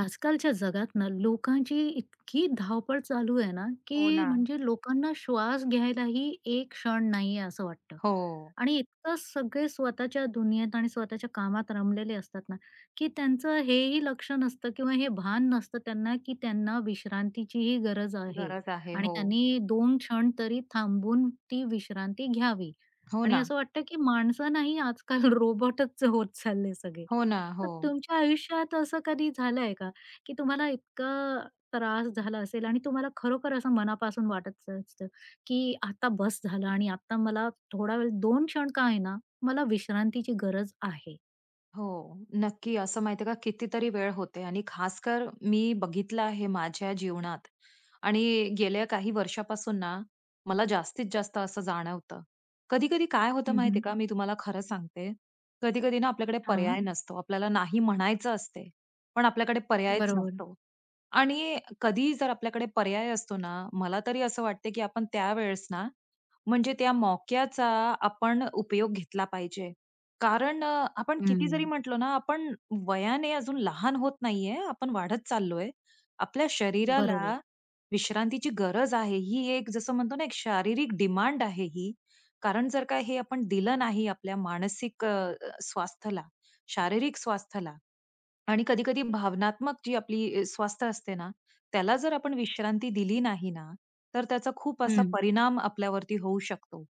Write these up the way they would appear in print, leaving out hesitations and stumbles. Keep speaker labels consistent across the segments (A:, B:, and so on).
A: आजकालच्या जगात ना लोकांची इतकी धावपळ चालू आहे ना,
B: हो
A: की
B: ना.
A: म्हणजे लोकांना श्वास घ्यायलाही एक क्षण नाहीये असं वाटतं.
B: हो.
A: आणि इतकं सगळे स्वतःच्या दुनियेत आणि स्वतःच्या कामात रमलेले असतात ना, की त्यांचं हेही लक्ष नसतं किंवा हे भान नसतं त्यांना, की त्यांना विश्रांतीचीही गरज आहे
B: गरज आहे.
A: आणि
B: हो.
A: त्यांनी 2 क्षण तरी थांबून ती विश्रांती घ्यावी.
B: हो
A: आणि
B: ना.
A: असं वाटतं, की माणसं नाही आजकाल रोबोटच होत चालले सगळे.
B: हो ना.
A: तर
B: हो.
A: तुमच्या आयुष्यात असं कधी झालंय का, की तुम्हाला इतका त्रास झाला असेल आणि तुम्हाला खरोखर असं मनापासून वाटत असतं, की आता बस झालं आणि आता मला थोडा वेळ 2 क्षण का होईना, मला विश्रांतीची गरज आहे?
B: हो. नक्की असं माहिती आहे का कितीतरी वेळ होते आणि खासकर मी बघितलं आहे माझ्या जीवनात आणि गेल्या काही वर्षापासून ना, मला जास्तीत जास्त असं जाणवतं. कधी-कधी काय होतं
A: हं,
B: माहिती आहे
A: हं.
B: का, मी तुम्हाला खरं सांगते. कधी-कधी ना आपल्याकडे पर्याय नसतो. आपल्याला नाही म्हणायचं असते, पण आपल्याकडे पर्यायच
A: बरोबर.
B: नसतो. आणि कधी जर आपल्याकडे पर्याय असतो ना, मला तरी असं वाटते, की आपण त्यावेळेस ना, म्हणजे त्या मौक्याचा आपण उपयोग घेतला पाहिजे. कारण आपण किती जरी
A: हं.
B: म्हटलो ना, आपण वयाने अजून लहान होत नाहीये, आपण वाढत चाललोय. आपल्या
A: बरोबर.
B: शरीराला विश्रांतीची गरज आहे. ही एक जसं म्हणतो ना, एक शारीरिक डिमांड आहे ही. कारण जर का हे आपण दिलं नाही आपल्या मानसिक स्वास्थ्याला, शारीरिक स्वास्थ्याला, आणि कधी-कधी भावनात्मक जी आपली स्वास्थ्य असते ना, त्याला जर आपण विश्रांती दिली नाही ना, तर त्याचा खूप असा
A: हं.
B: परिणाम आपल्यावरती होऊ शकतो.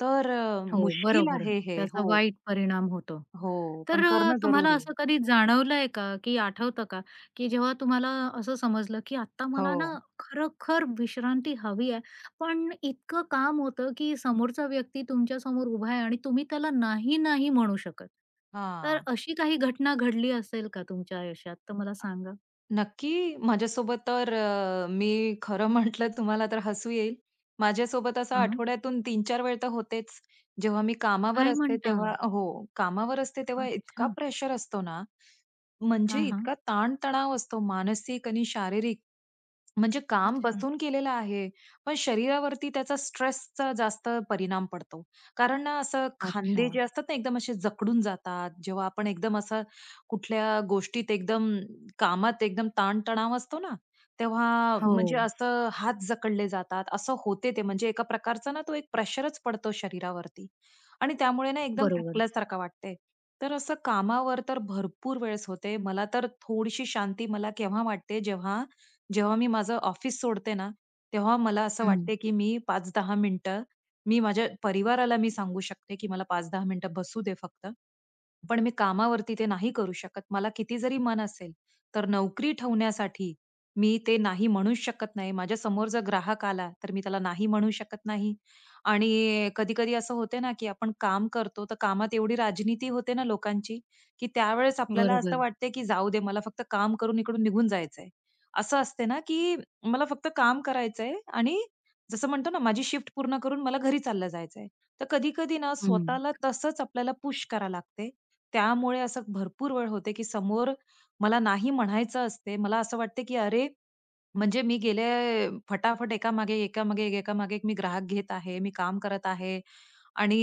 B: तर
A: हो,
B: मुश्किल
A: बरोबर.
B: आहे हे.
A: त्याचा
B: हो,
A: वाईट परिणाम होतो.
B: हो. पण
A: तर
B: करणं
A: तुम्हाला
B: जरुरी आहे.
A: असं कधी जाणवलंय का, की आठवतं का, की जेव्हा तुम्हाला असं समजलं, की आता मला
B: हो.
A: ना खरोखर विश्रांती हवी आहे, पण इतकं काम होतं, की समोरचा व्यक्ती तुमच्यासमोर उभा आहे आणि तुम्ही त्याला नाही, नाही म्हणू शकत. तर
B: हां.
A: अशी काही घटना घडली असेल का तुमच्या आयुष्यात? तर मला सांगा.
B: नक्की. माझ्यासोबत तर मी खरं म्हटलं तुम्हाला तर हसू येईल. माझ्यासोबत असं
A: हं.
B: आठवड्यातून 3-4 वेळ तर होतेच. जेव्हा मी कामावर
A: काय
B: असते
A: म्हणता?
B: तेव्हा हो, कामावर असते तेव्हा इतका
A: अच्छा.
B: प्रेशर असतो ना, म्हणजे
A: हां, हां.
B: इतका ताण असतो मानसिक आणि शारीरिक. म्हणजे काम
A: अच्छा.
B: बसून केलेलं आहे, पण शरीरावरती त्याचा स्ट्रेसचा जास्त परिणाम पडतो. कारण ना असं
A: अच्छा.
B: खांदे जे असतात ना एकदम असे जखडून जातात. जेव्हा आपण एकदम असं कुठल्या गोष्टीत एकदम कामात एकदम ताण असतो ना, तेव्हा म्हणजे
A: हो.
B: असं हात जखडले जातात. असं होते ते म्हणजे एका प्रकारचा ना तो एक प्रेशरच पडतो शरीरावरती आणि त्यामुळे ना एकदम
A: बरोबर.
B: थकल्यासारखं वाटते. तर असं कामावर तर भरपूर वेळेस होते. मला तर थोडीशी शांती मला केव्हा वाटते, जेव्हा जेव्हा मी माझं ऑफिस सोडते ना, तेव्हा मला असं
A: हं.
B: वाटते, की मी 5-10 मिनिटं मी माझ्या परिवाराला मी सांगू शकते, की मला 5-10 मिनिटं बसू दे फक्त. पण मी कामावरती ते नाही करू शकत. मला किती जरी मन असेल, तर नोकरी ठेवण्यासाठी मी ते नाही म्हणू शकत नाही. माझ्यासमोर जर ग्राहक आला, तर मी त्याला नाही म्हणू शकत नाही. आणि कधी-कधी असं होते ना, की आपण काम करतो, तर कामात एवढी राजनीती होते ना लोकांची, की त्यावेळेस आपल्याला असं
A: बरोबर.
B: वाटते, की जाऊ दे मला फक्त काम करून इकडून निघून जायचंय. असं असते ना, की मला फक्त काम करायचंय आणि जसं म्हणतो ना, माझी शिफ्ट पूर्ण करून मला घरी चाललं जायचंय. तर कधी-कधी ना,
A: हं.
B: स्वतःला तसंच आपल्याला पुश करा लागते. त्यामुळे असं भरपूर वेळ होते, की समोर मला नाही म्हणायचं असते. मला असं वाटते, की "अरे, म्हणजे मी गेले फटाफट एकामागे एकामागे एक एकामागे एक मी ग्राहक घेत आहे. मी काम करत आहे आणि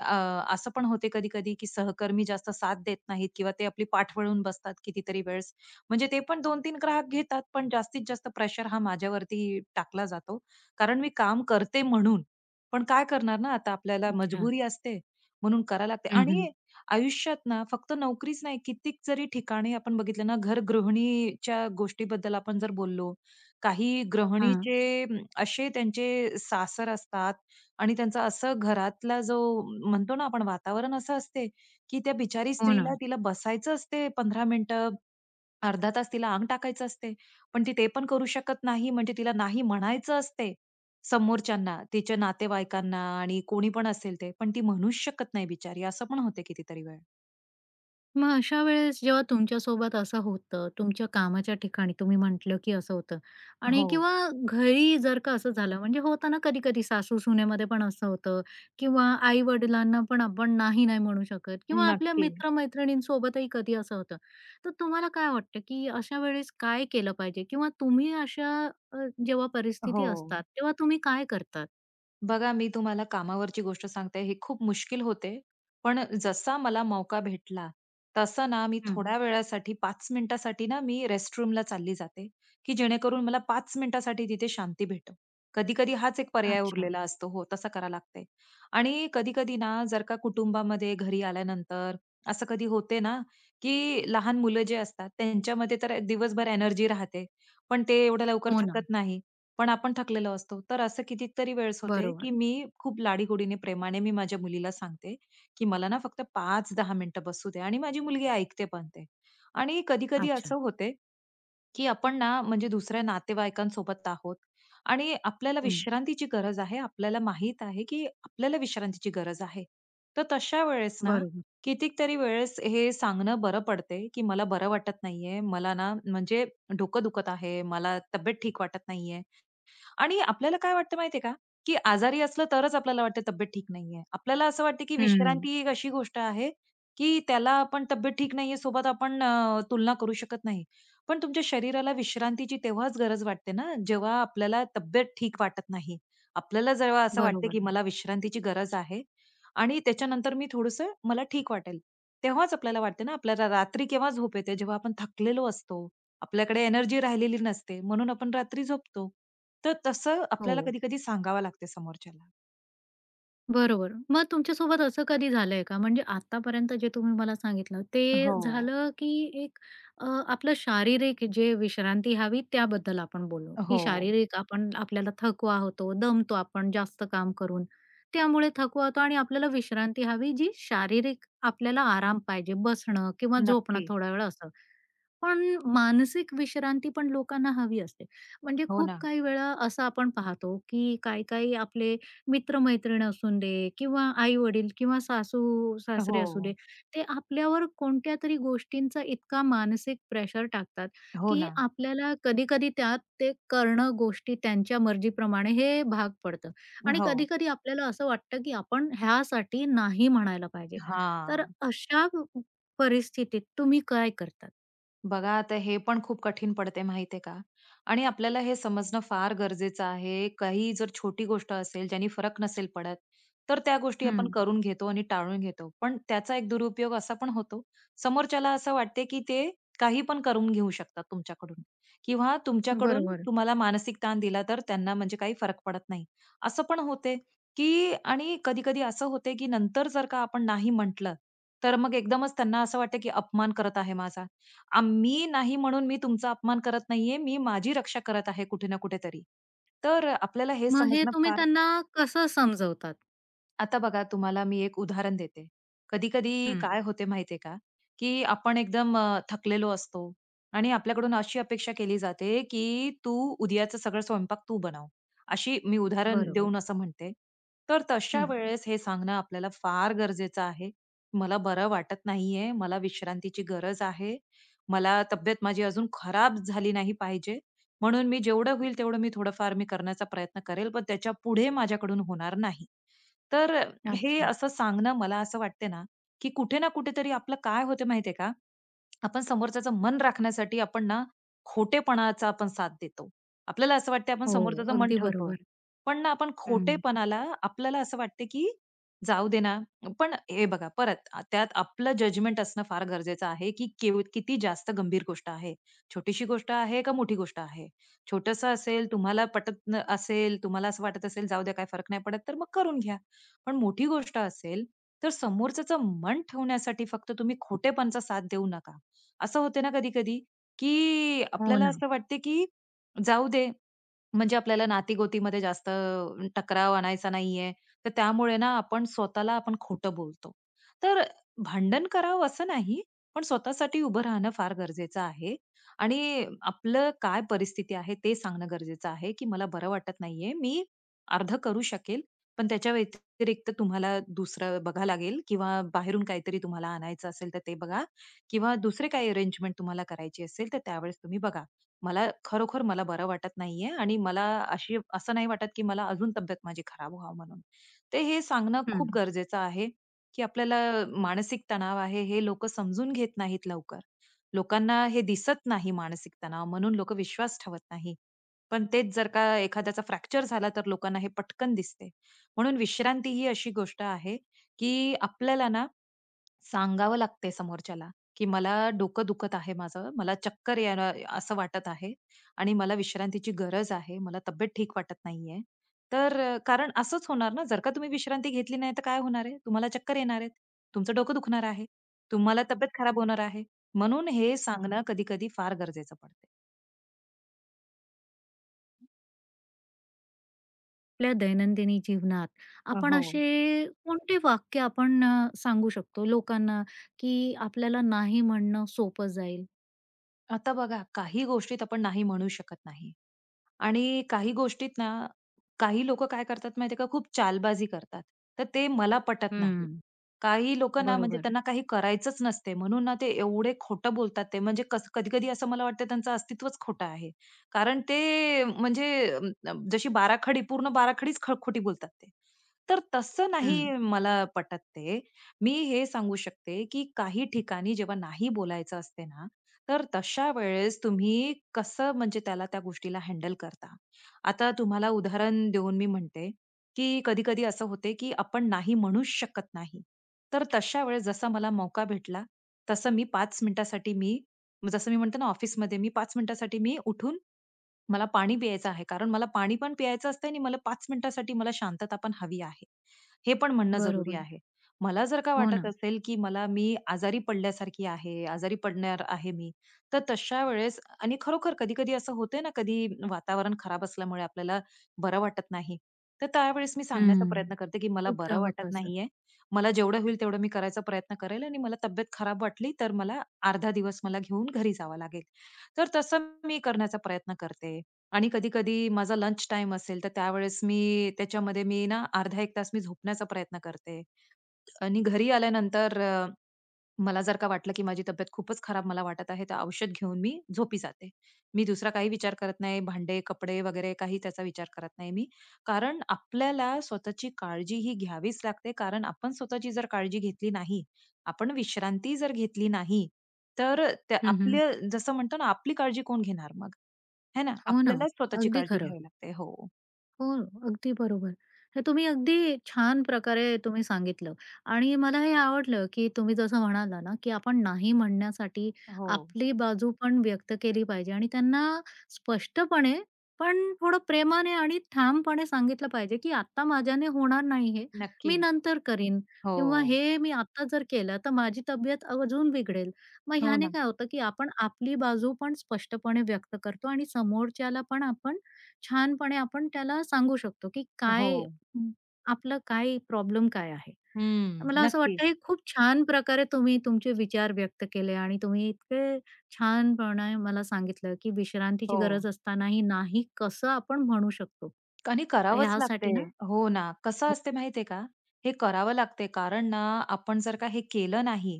B: अ, असं पण होते कधी-कधी, की सहकर्मी जास्त साथ देत नाहीत किंवा ते आपली पाठ वळून बसतात कितीतरी वेळेस. म्हणजे ते पण 2-3 ग्राहक घेतात, पण जास्तीत जास्त प्रेशर हा माझ्यावरती टाकला जातो. कारण मी काम करते म्हणून. पण काय करणार ना आता आपल्याला
A: अच्छा.
B: मजबुरी असते, म्हणून करायला लागते.
A: हं, हं.
B: आणि आयुष्यात ना फक्त नोकरीच नाही, कितीक जरी ठिकाणी आपण बघितलं ना, घर गृहिणीच्या गोष्टीबद्दल आपण जर बोललो, काही
A: हां.
B: गृहिणीचे अं, असे त्यांचे सासर असतात आणि त्यांचा असं घरातला जो म्हणतो ना आपण वातावरण असं असते, की त्या बिचारी
A: हो ना.
B: स्त्रीला तिला बसायचं असते 15 मिनिटं, अर्धा तास तिला अंग टाकायचं असते. पण ती ते पण करू शकत नाही म्हणजे तिला नाही म्हणायचं असते समोरच्यांना, तिच्या नातेवाईकांना आणि कोणी पण असेल ते. पण ती म्हणूच शकत नाही बिचारी, असं पण होते कितीतरी वेळ.
A: मग अशा वेळेस जेव्हा तुमच्यासोबत असं होतं, तुमच्या कामाच्या ठिकाणी तुम्ही म्हटलं, की असं होतं आणि
B: हो,
A: किंवा घरी जर का असं झालं म्हणजे होतं ना कधी-कधी सासू-सुनेमध्ये पण असं होतं किंवा आई-वडिलांना पण आपण नाही, नाही म्हणू शकत किंवा आपल्या
B: नक्की.
A: मित्र-मैत्रिणींसोबतही कधी असं होतं. तर तुम्हाला काय वाटतं, की अशा वेळेस काय केलं पाहिजे किंवा तुम्ही अशा जेव्हा
B: हो.
A: परिस्थिती असतात, तेव्हा तुम्ही काय करतात?
B: बघा, मी तुम्हाला कामावरची गोष्ट सांगते, हे खूप मुश्किल होते. पण जसा मला मौका भेटला, तसा ना मी
A: हं.
B: थोड्या वेळासाठी 5 मिनिटासाठी ना मी रेस्टरूमला चालली जाते, की जेणेकरून मला 5 मिनिटासाठी तिथे शांती भेटो. कधी-कधी हाच एक पर्याय
A: अच्छा.
B: उरलेला असतो. हो, तसा करावं लागते. आणि कधी-कधी ना जर का कुटुंबामध्ये घरी आल्यानंतर असं कधी होते ना, की लहान मुलं जे असतात त्यांच्यामध्ये तर दिवसभर एनर्जी राहते. पण ते एवढ्या लवकर
A: हो ना.
B: थकत नाही. पण आपण थकलेलो असतो. तर असं कितीतरी वेळेस होते,
A: बरोबर.
B: की मी खूप लाडीगोडीने, प्रेमाने मी माझ्या मुलीला सांगते, की "मला ना फक्त पाच 10 मिनिटं बसू दे" आणि माझी मुलगी ऐकते पण ते. आणि कधी-कधी
A: अच्छा.
B: असं होते, की आपण ना म्हणजे दुसऱ्या नातेवाईकांसोबत आहोत आणि आपल्याला
A: हं.
B: विश्रांतीची गरज आहे. आपल्याला माहीत आहे, की आपल्याला विश्रांतीची गरज आहे. तर तशा वेळेस ना
A: बरोबर.
B: कितीतरी वेळेस हे सांगणं बरं पडते, की "मला बरं वाटत नाहीये. मला ना म्हणजे डोकं दुखत आहे. मला तब्येत ठीक वाटत नाहीये." आणि आपल्याला काय वाटतं माहितीये का, की आजारी असलं तरच आपल्याला वाटतं तब्येत ठीक नाहीये. आपल्याला असं वाटतं की विश्रांती
A: हं.
B: ही एक अशी गोष्ट आहे, की त्याला आपण तब्येत ठीक नाहीये सोबत आपण तुलना करू शकत नाही. पण तुमच्या शरीराला विश्रांतीची तेव्हाच गरज वाटते ना, जेव्हा आपल्याला तब्येत ठीक वाटत नाही. आपल्याला जेव्हा असं वाटतं
A: बरोबर.
B: की मला विश्रांतीची गरज आहे आणि त्याच्यानंतर मी थोडंसं मला ठीक वाटेल. तेव्हाच आपल्याला वाटते ना, आपल्याला रात्री केव्हा झोप येते, जेव्हा आपण थकलेलो असतो. आपल्याकडे एनर्जी राहिलेली नसते, म्हणून आपण रात्री झोपतो. तर तसं आपल्याला
A: हो.
B: कधी-कधी सांगावं लागते समोरच्याला.
A: बरोबर. मग तुमच्यासोबत असं कधी झालंय का? म्हणजे आत्तापर्यंत जे तुम्ही मला सांगितलं ते
B: हो,
A: झालं की एक आपलं शारीरिक जे विश्रांती हवी त्याबद्दल आपण बोललो, की
B: हो.
A: शारीरिक आपण आपल्याला थकवा होतो, दमतो आपण जास्त काम करून. त्यामुळे थकवा होतो आणि आपल्याला विश्रांती हवी जी शारीरिक आपल्याला आराम पाहिजे, बसणं किंवा झोपणं
B: नक्की.
A: थोडा वेळ असं. पण मानसिक विश्रांती पण लोकांना हवी असते. म्हणजे
B: हो
A: खूप
B: ना.
A: काही वेळा असं आपण पाहतो, की काही-काही आपले मित्र-मैत्रीण असून दे किंवा आई-वडील किंवा सासू-सासरे असू दे,
B: हो,
A: ते आपल्यावर कोणत्या तरी गोष्टींचा इतका मानसिक प्रेशर टाकतात,
B: हो
A: की
B: ना.
A: आपल्याला कधी-कधी त्यात ते करणं गोष्टी त्यांच्या मर्जीप्रमाणे हे भाग पडतं. आणि
B: हो.
A: कधी-कधी आपल्याला असं वाटतं, की आपण ह्यासाठी नाही म्हणायला पाहिजे. तर
B: हां.
A: अशा परिस्थितीत तुम्ही काय करतात?
B: बघा आता हे पण खूप कठीण पडते माहितीये का? आणि आपल्याला हे समजणं फार गरजेचं आहे. काही जर छोटी गोष्ट असेल ज्यानी फरक नसेल पडत, तर त्या गोष्टी आपण
A: हं.
B: करून घेतो आणि टाळून घेतो. पण त्याचा एक दुरुपयोग असा पण होतो, समोरच्याला असं वाटते की ते काही पण करून घेऊ शकतात तुमच्याकडून किंवा तुमच्याकडून
A: बरोबर.
B: तुम्हाला मानसिक ताण दिला तर त्यांना म्हणजे काही फरक पडत नाही. असं पण होते की आणि कधी-कधी असं होते की नंतर जर का आपण नाही म्हटलं, तर मग एकदमच त्यांना असं वाटतं की अपमान करत आहे माझा. मी नाही म्हणून मी तुमचा अपमान करत नाहीये. मी माझी रक्षा करत आहे कुठे ना कुठेतरी. तर आपल्याला हे
A: मग हे
B: समजणं
A: तुम्ही
B: फार
A: त्यांना कसं समजवतात?
B: आता बघा तुम्हाला मी एक उदाहरण देते. कधी-कधी
A: हं.
B: काय होते माहितीये का, की आपण एकदम थकलेलो असतो आणि आपल्याकडून अशी अपेक्षा केली जाते, की तू उद्याचं सगळं स्वयंपाक तू बनव. अशी मी उदाहरण
A: बरोबर.
B: देऊन असं म्हणते. तर तशा
A: हं.
B: वेळेस हे सांगणं आपल्याला फार गरजेचं आहे. मला बरं वाटत नाहीये, मला विश्रांतीची गरज आहे. मला तब्येत माझी अजून खराब झाली नाही पाहिजे. म्हणून मी जेवढं होईल तेवढं मी थोडंफार मी करण्याचा प्रयत्न करेल, पण त्याच्यापुढे माझ्याकडून होणार नाही. तर हे
A: अच्छा.
B: असं सांगणं मला असं वाटते ना, की कुठे ना कुठेतरी आपलं काय होतं माहितीये का? आपण समोरच्याचं मन राखण्यासाठी आपण ना, खोटेपणाचा आपण साथ देतो. आपल्याला असं वाटतं आपण
A: हो,
B: समोरच्याचं मन
A: अगदी
B: ठेवतोय.
A: बरोबर.
B: पण ना आपण
A: हं.
B: खोटेपणाला आपल्याला असं वाटतं की जाऊ दे ना. पण हे बघा परत त्यात आपलं जजमेंट असणं फार गरजेचं आहे, की किती जास्त गंभीर गोष्ट आहे. छोटीशी गोष्ट आहे का मोठी गोष्ट आहे? छोटंसं असेल, तुम्हाला पटत न असेल, तुम्हाला असं वाटत असेल, जाऊ द्या काही फरक नाही पडत, तर मग करून घ्या. पण मोठी गोष्ट असेल, तर समोरच्याचं मन ठेवण्यासाठी फक्त तुम्ही खोटेपणाचा साथ देऊ नका. असं होते ना कधी-कधी, की
A: हो
B: आपल्याला
A: ना.
B: असं वाटते, की जाऊ दे. म्हणजे आपल्याला नाती-गोतीमध्ये जास्त टकराव आणायचा नाहीये. तर त्यामुळे ना आपण स्वतःला आपण खोटं बोलतो. तर भांडण करावं असं नाही, पण स्वतःसाठी उभं राहणं फार गरजेचं आहे आणि आपलं काय परिस्थिती आहे ते सांगणं गरजेचं आहे, की मला बरं वाटत नाहीये. मी अर्धं करू शकेल, पण त्याच्या व्यतिरिक्त तुम्हाला दुसरं बघा लागेल किंवा बाहेरून काहीतरी तुम्हाला आणायचं असेल तर ते बघा किंवा दुसरे काही अरेंजमेंट तुम्हाला करायची असेल तर त्यावेळेस तुम्ही बघा. मला खरोखर मला बरं वाटत नाहीये आणि मला अशी असं नाही वाटत, की मला अजून तब्येत माझी खराब व्हावं म्हणून. ते हे सांगणं खूप
A: हं.
B: गरजेचं आहे, की आपल्याला मानसिक तणाव आहे हे लोकं समजून घेत नाहीत लवकर. लोकांना हे दिसत नाही मानसिक तणाव म्हणून लोकं विश्वास ठेवत नाही. पण तेच जर का एखाद्याचा फ्रॅक्चर झाला तर लोकांना हे पटकन दिसते. म्हणून विश्रांती ही अशी गोष्ट आहे, की आपल्याला ना सांगावं लागते समोरच्याला, की मला डोकं दुखत आहे माझं. मला चक्कर याय असं वाटत आहे आणि मला विश्रांतीची गरज आहे. मला तब्येत ठीक वाटत नाहीये. तर कारण असंच होणार ना, जर का तुम्ही विश्रांती घेतली नाही तर काय होणार आहे? तुम्हाला चक्कर येणार आहेत. तुमचं डोकं दुखणार आहे. तुम्हाला तब्येत खराब होणार आहे. म्हणून हे सांगणं कधी-कधी फार गरजेचं पडते.
A: आपल्या दैनंदिनी जीवनात आपण
B: हो.
A: असे कोणते वाक्य आपण सांगू शकतो लोकांना, की आपल्याला नाही म्हणणं सोपं जाईल?
B: आता बघा, काही गोष्टीत आपण नाही म्हणू शकत नाही आणि काही गोष्टीत ना, काही लोकं काय करतात माहिती का, खूप चालबाजी करतात. तर ते मला पटत नाही.
A: हं.
B: काही लोकं ना, म्हणजे
A: बरोबर.
B: त्यांना काही करायचंच नसते, म्हणून ना ते एवढे खोटं बोलतात ते. म्हणजे कसं कधी-कधी असं मला वाटतं त्यांचं अस्तित्वच खोटं आहे. कारण ते म्हणजे जशी बाराखडी, पूर्ण बाराखडीच खोटी बोलतात ते. तर तसं नाही
A: हं.
B: मला पटत ते. मी हे सांगू शकते, की काही ठिकाणी जेव्हा नाही बोलायचं असते ना, तर तशा वेळेस तुम्ही कसं म्हणजे त्याला त्या गोष्टीला हँडल करता. आता तुम्हाला उदाहरण देऊन मी म्हणते, की कधी-कधी असं होते, की आपण नाही म्हणूच शकत नाही. तर तशा वेळेस जसा मला मौका भेटला, तसं मी 5 मिनिटासाठी मी जसं मी म्हणते ना, ऑफिसमध्ये मी 5 मिनिटासाठी मी उठून मला पाणी प्यायचं आहे, कारण मला पाणी पण प्यायचं असतंय आणि मला 5 मिनिटासाठी मला शांतता पण हवी आहे. हे पण म्हणणं जरुरी
A: बरोबर.
B: आहे. मला जर का
A: हो
B: वाटत
A: ना.
B: असेल, की मला मी आजारी पडल्यासारखी आहे, आजारी पडणार आहे मी, तर तशा वेळेस आणि खरोखर कधी-कधी असं होतंय ना, कधी वातावरण खराब असल्यामुळे आपल्याला बरं वाटत नाही. तर त्यावेळेस मी सांगण्याचा
A: हं.
B: प्रयत्न करते, की मला
A: खूपदा
B: बरं
A: होतं
B: वाटत
A: असं.
B: नाहीये. मला जेवढं होईल तेवढं मी करायचा प्रयत्न करेल आणि मला तब्येत खराब वाटली, तर मला अर्धा दिवस मला घेऊन घरी जावं लागेल. तर तसं मी करण्याचा प्रयत्न करते. आणि कधी-कधी माझा लंच टाईम असेल, तर त्यावेळेस मी त्याच्यामध्ये मी ना अर्धा 1 तास मी झोपण्याचा प्रयत्न करते. आणि घरी आल्यानंतर मला जर का वाटलं, की माझी तब्येत खूपच खराब मला वाटत आहे, तर औषध घेऊन मी झोपी जाते. मी दुसरा काही विचार करत नाही. भांडे, कपडे वगैरे काही त्याचा विचार करत नाही मी. कारण आपल्याला स्वतःची काळजी ही घ्यावीच लागते. कारण आपण स्वतःची जर काळजी घेतली नाही, आपण विश्रांती जर घेतली नाही, तर त्या
A: हं, हं.
B: आपल्या जसं म्हणतो ना, आपली काळजी कोण घेणार मग? है ना?
A: हो ना.
B: आपल्यालाच स्वतःची
A: अगदी
B: काळजी
A: खरं.
B: घ्यावी लागते. हो.
A: हो, अगदी बरोबर. हे तुम्ही अगदी छान प्रकारे तुम्ही सांगितलं आणि मला हे आवडलं, की तुम्ही जसं म्हणाला ना, की आपण नाही म्हणण्यासाठी
B: हो.
A: आपली बाजू पण व्यक्त केली पाहिजे आणि त्यांना स्पष्टपणे, पण थोडं प्रेमाने आणि ठामपणे सांगितलं पाहिजे, की "आत्ता माझ्याने होणार नाही हे,
B: नक्की.
A: मी नंतर करीन" किंवा
B: हो.
A: "हे मी आत्ता जर केलं, तर माझी तब्येत अजून बिघडेल." मग
B: हो
A: ह्याने
B: ना.
A: काय होतं, की आपण आपली बाजू पण स्पष्टपणे व्यक्त करतो आणि समोरच्याला पण आपण छानपणे आपण त्याला सांगू शकतो, की
B: हो.
A: काय अं, आपलं काय प्रॉब्लेम काय आहे.
B: हं.
A: मला असं
B: नक्की.
A: वाटतं हे खूप छान प्रकारे तुम्ही तुमचे विचार व्यक्त केले आणि तुम्ही इतके छानपणे मला सांगितलं, की विश्रांतीची
B: हो.
A: गरज असतानाही नाही कसं आपण म्हणू शकतो.
B: आणि
A: तर
B: करावंच लागते.
A: ह्यासाठी ना
B: हो ना. कसं असते माहितीये का? हे करावं लागते कारण ना, आपण जर का हे केलं नाही,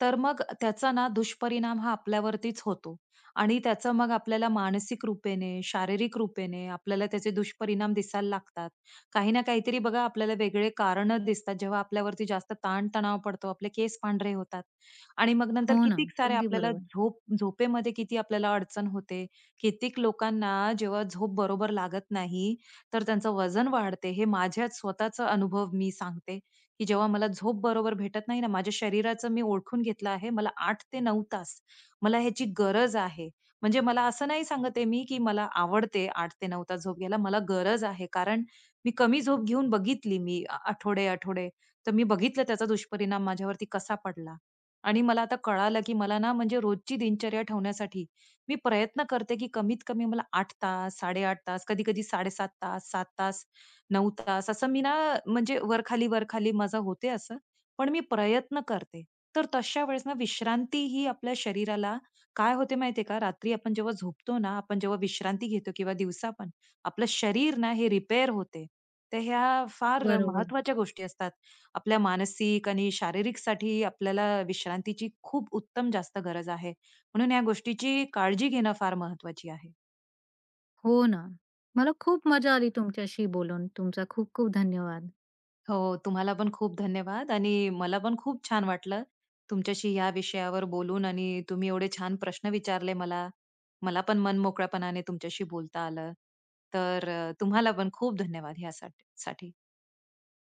B: तर मग त्याचा ना दुष्परिणाम हा आपल्यावरतीच होतो आणि त्याचा मग आपल्याला मानसिक रूपेने, शारीरिक रूपेने आपल्याला त्याचे दुष्परिणाम दिसायला लागतात. काही ना काहीतरी बघा आपल्याला वेगळे कारणं दिसतात. जेव्हा आपल्यावरती जास्त ताण पडतो, आपले केस पांढरे होतात आणि मग नंतर
A: हो ना,
B: कितीक सारे
A: अगदी
B: आपल्याला
A: बरोबर.
B: झोपेमध्ये किती आपल्याला अडचण होते. कित्येक लोकांना जेव्हा झोप बरोबर लागत नाही, तर त्यांचं वजन वाढते. हे माझ्याच स्वतःचा अनुभव मी सांगते, की जेव्हा मला झोप बरोबर भेटत नाही ना, माझ्या शरीराचं मी ओळखून घेतलं आहे. मला 8 ते 9 तास मला ह्याची गरज आहे. म्हणजे मला असं नाही सांगत आहे मी, की मला आवडते 8 ते 9 तास झोप घ्यायला. मला गरज आहे. कारण मी कमी झोप घेऊन बघितली मी आठवडे-आठवडे. तर मी बघितलं त्याचा दुष्परिणाम माझ्यावरती कसा पडला आणि मला आता कळालं, की मला ना म्हणजे रोजची दिनचर्या ठेवण्यासाठी मी प्रयत्न करते, की कमीत कमी मला 8 तास, 8.5 तास, कधी-कधी 7.5 तास, 7 तास, 9 तास असं मी ना म्हणजे वर-खाली, वरखाली माझं होते असं. पण मी प्रयत्न करते. तर तशा वेळेस ना विश्रांती ही आपल्या शरीराला काय होते माहितीये का, रात्री आपण जेव्हा झोपतो ना, आपण जेव्हा विश्रांती घेतो किंवा दिवसा पण, आपलं शरीर ना हे रिपेअर होते. तर ह्या फार
A: बरोबर.
B: महत्वाच्या गोष्टी असतात. आपल्या मानसिक आणि शारीरिकसाठी आपल्याला विश्रांतीची खूप उत्तम जास्त गरज आहे. म्हणून या गोष्टीची काळजी घेणं फार महत्वाची आहे.
A: हो ना. मला खूप मजा आली तुमच्याशी बोलून. तुमचा खूप खूप धन्यवाद.
B: हो, तुम्हाला पण खूप धन्यवाद आणि मला पण खूप छान वाटलं तुमच्याशी या विषयावर बोलून आणि तुम्ही एवढे छान प्रश्न विचारले मला. मला पण मन मोकळ्यापणाने तुमच्याशी बोलता आलं. तर तुम्हाला पण खूप धन्यवाद ह्यासाठी.